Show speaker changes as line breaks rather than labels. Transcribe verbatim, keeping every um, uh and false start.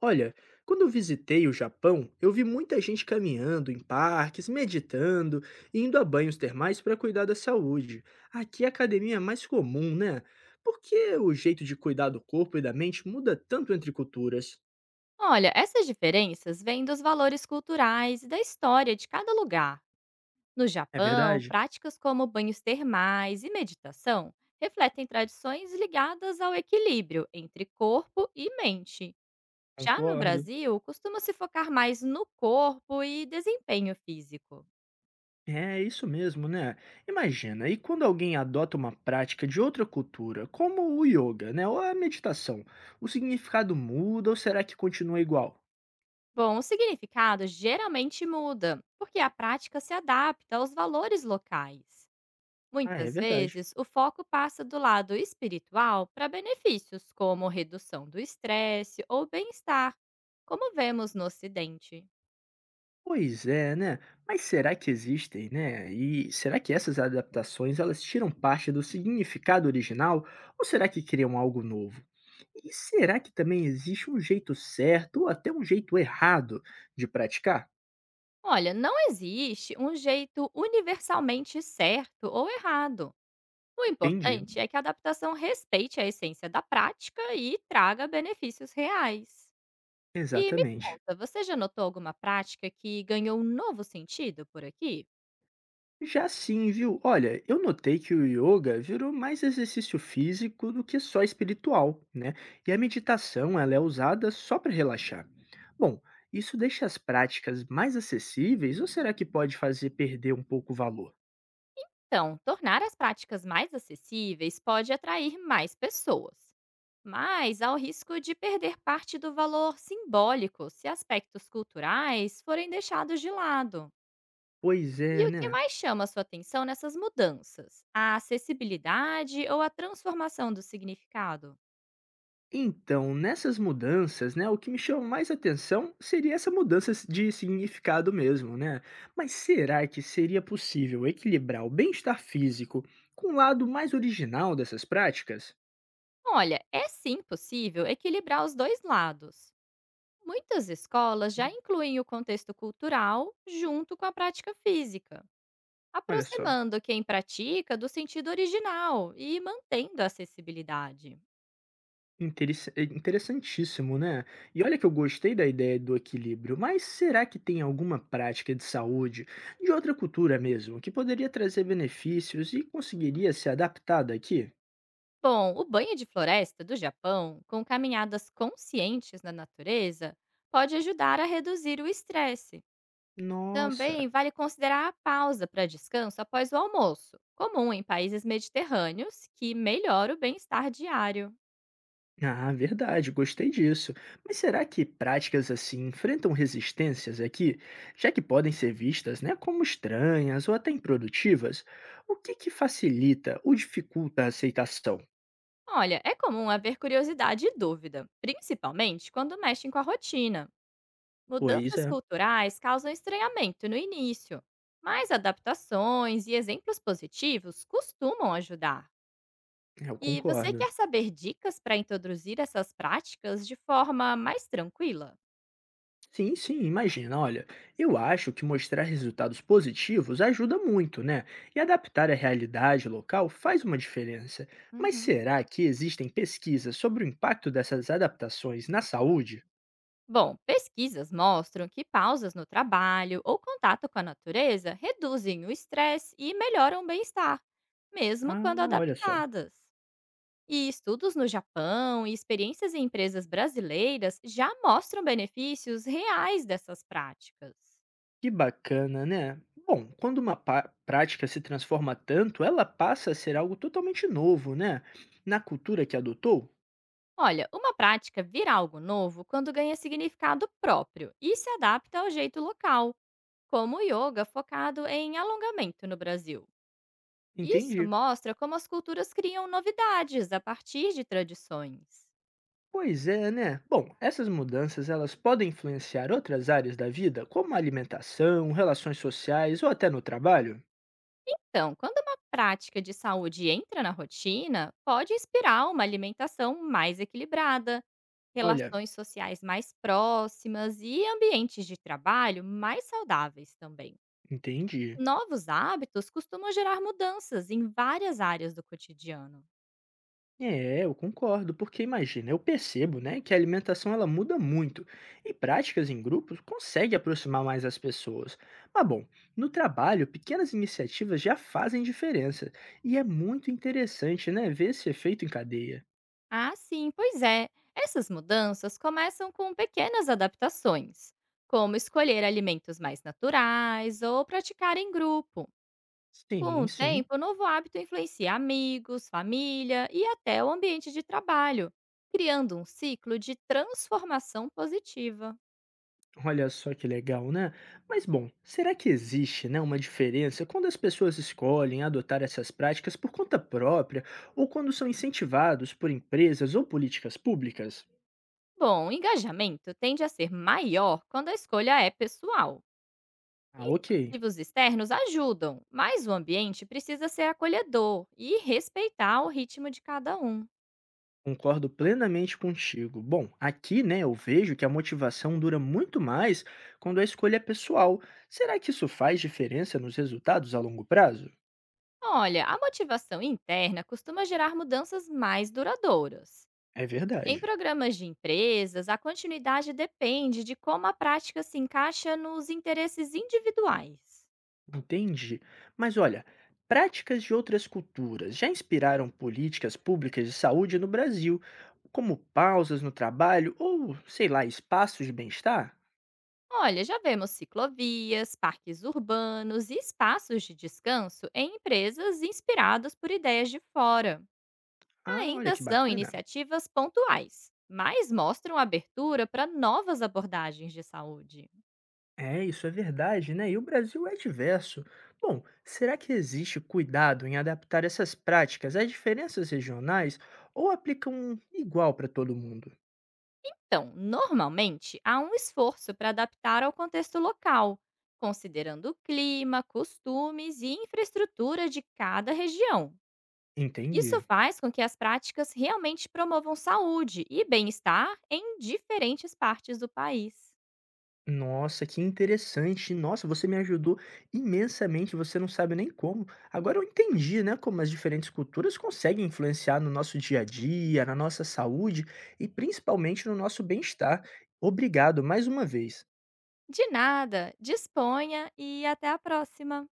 Olha, quando eu visitei o Japão, eu vi muita gente caminhando em parques, meditando e indo a banhos termais para cuidar da saúde. Aqui é a academia é mais comum, né? Por que o jeito de cuidar do corpo e da mente muda tanto entre culturas?
Olha, essas diferenças vêm dos valores culturais e da história de cada lugar. No
É
Japão,
verdade?
práticas como banhos termais e meditação refletem tradições ligadas ao equilíbrio entre corpo e mente. Já no
Concordo.
Brasil, costuma se focar mais no corpo e desempenho físico.
É isso mesmo, né? Imagina, e quando alguém adota uma prática de outra cultura, como o yoga, né? Ou a meditação, o significado muda ou será que continua igual?
Bom, o significado geralmente muda, porque a prática se adapta aos valores locais.
Ah, é
Muitas
verdade.
vezes, o foco passa do lado espiritual para benefícios como redução do estresse ou bem-estar, como vemos no Ocidente.
Pois é, né? Mas será que existem, né? E será que essas adaptações elas tiram parte do significado original ou será que criam algo novo? E será que também existe um jeito certo ou até um jeito errado de praticar?
Olha, não existe um jeito universalmente certo ou errado. O
Entendi.
importante é que a adaptação respeite a essência da prática e traga benefícios reais. E me
Exatamente.
conta, você já notou alguma prática que ganhou um novo sentido por aqui?
Já sim, viu? Olha, eu notei que o yoga virou mais exercício físico do que só espiritual, né? E a meditação, ela é usada só para relaxar. Bom, isso deixa as práticas mais acessíveis ou será que pode fazer perder um pouco o valor?
Então, tornar as práticas mais acessíveis pode atrair mais pessoas, mas há o risco de perder parte do valor simbólico se aspectos culturais forem deixados de lado.
Pois
E
é,
o que
né?
mais chama a sua atenção nessas mudanças? A acessibilidade ou a transformação do significado?
Então, nessas mudanças, né, o que me chama mais atenção seria essa mudança de significado mesmo, né? Mas será que seria possível equilibrar o bem-estar físico com o lado mais original dessas práticas?
Olha, é sim possível equilibrar os dois lados. Muitas escolas já
Hum,
incluem o contexto cultural junto com a prática física,
olha só,
aproximando quem pratica do sentido original e mantendo a acessibilidade.
interess é interessantíssimo, né. E olha que eu gostei da ideia do equilíbrio, mas será que tem alguma prática de saúde, de outra cultura mesmo, que poderia trazer benefícios e conseguiria ser adaptada aqui?
Bom, o banho de floresta do Japão, com caminhadas conscientes na natureza, pode ajudar a reduzir o estresse.
Nossa,
Também vale considerar a pausa para descanso após o almoço, comum em países mediterrâneos, que melhora o bem-estar diário.
ah, verdade, gostei disso. Mas será que práticas assim enfrentam resistências aqui, já que podem ser vistas, né, como estranhas ou até improdutivas? O que que facilita ou dificulta a aceitação?
Olha, é comum haver curiosidade e dúvida, principalmente quando mexem com a rotina.
Pois
Mudanças
é,
culturais causam estranhamento no início, mas adaptações e exemplos positivos costumam ajudar.
eu
E você
concordo.
quer saber dicas para introduzir essas práticas de forma mais tranquila?
Sim, sim, imagina. Olha, eu acho que mostrar resultados positivos ajuda muito, né? E adaptar a realidade local faz uma diferença. Mas
Uhum.
será que existem pesquisas sobre o impacto dessas adaptações na saúde?
Bom, pesquisas mostram que pausas no trabalho ou contato com a natureza reduzem o estresse e melhoram o bem-estar, mesmo quando
Ah, olha só.
adaptadas. E estudos no Japão e experiências em empresas brasileiras já mostram benefícios reais dessas práticas.
Que bacana, né? Bom, quando uma pa- prática se transforma tanto, ela passa a ser algo totalmente novo, né? Na cultura que adotou?
Olha, uma prática vira algo novo quando ganha significado próprio e se adapta ao jeito local, como o yoga focado em alongamento no Brasil. Isso
Entendi.
mostra como as culturas criam novidades a partir de tradições.
Pois é, né? Bom, essas mudanças elas podem influenciar outras áreas da vida, como a alimentação, relações sociais ou até no trabalho?
Então, quando uma prática de saúde entra na rotina, pode inspirar uma alimentação mais equilibrada,
Olha,
relações sociais mais próximas e ambientes de trabalho mais saudáveis também.
entendi.
Novos hábitos costumam gerar mudanças em várias áreas do cotidiano.
É, eu concordo, porque imagina, eu percebo, né, que a alimentação ela muda muito e práticas em grupos conseguem aproximar mais as pessoas. Mas bom, no trabalho, pequenas iniciativas já fazem diferença e é muito interessante, né, ver esse efeito em cadeia.
Ah, sim, pois é. Essas mudanças começam com pequenas adaptações, como escolher alimentos mais naturais ou praticar em grupo. Com
Sim,
o
sim.
tempo, o novo hábito influencia amigos, família e até o ambiente de trabalho, criando um ciclo de transformação positiva.
Olha só que legal, né? Mas bom, será que existe, né, uma diferença quando as pessoas escolhem adotar essas práticas por conta própria ou quando são incentivados por empresas ou políticas públicas?
Bom, o engajamento tende a ser maior quando a escolha é pessoal.
Ah, ok.
Incentivos externos ajudam, mas o ambiente precisa ser acolhedor e respeitar o ritmo de cada um.
Concordo plenamente contigo. Bom, aqui, né, eu vejo que a motivação dura muito mais quando a escolha é pessoal. Será que isso faz diferença nos resultados a longo prazo?
Olha, a motivação interna costuma gerar mudanças mais duradouras.
É
Em
verdade.
programas de empresas, a continuidade depende de como a prática se encaixa nos interesses individuais.
Entendi. Mas olha, práticas de outras culturas já inspiraram políticas públicas de saúde no Brasil, como pausas no trabalho ou, sei lá, espaços de bem-estar?
Olha, já vemos ciclovias, parques urbanos e espaços de descanso em empresas inspiradas por ideias de fora.
Ah, olha
Ainda
que
são
bacana.
iniciativas pontuais, mas mostram abertura para novas abordagens de saúde.
É, isso é verdade, né? E o Brasil é diverso. Bom, será que existe cuidado em adaptar essas práticas às diferenças regionais ou aplicam igual para todo mundo?
Então, normalmente, há um esforço para adaptar ao contexto local, considerando o clima, costumes e infraestrutura de cada região. Isso
Entendi.
faz com que as práticas realmente promovam saúde e bem-estar em diferentes partes do país.
Nossa, que interessante. Nossa, você me ajudou imensamente, você não sabe nem como. Agora eu entendi, né, como as diferentes culturas conseguem influenciar no nosso dia a dia, na nossa saúde e principalmente no nosso bem-estar. Obrigado mais uma vez.
De nada, disponha e até a próxima!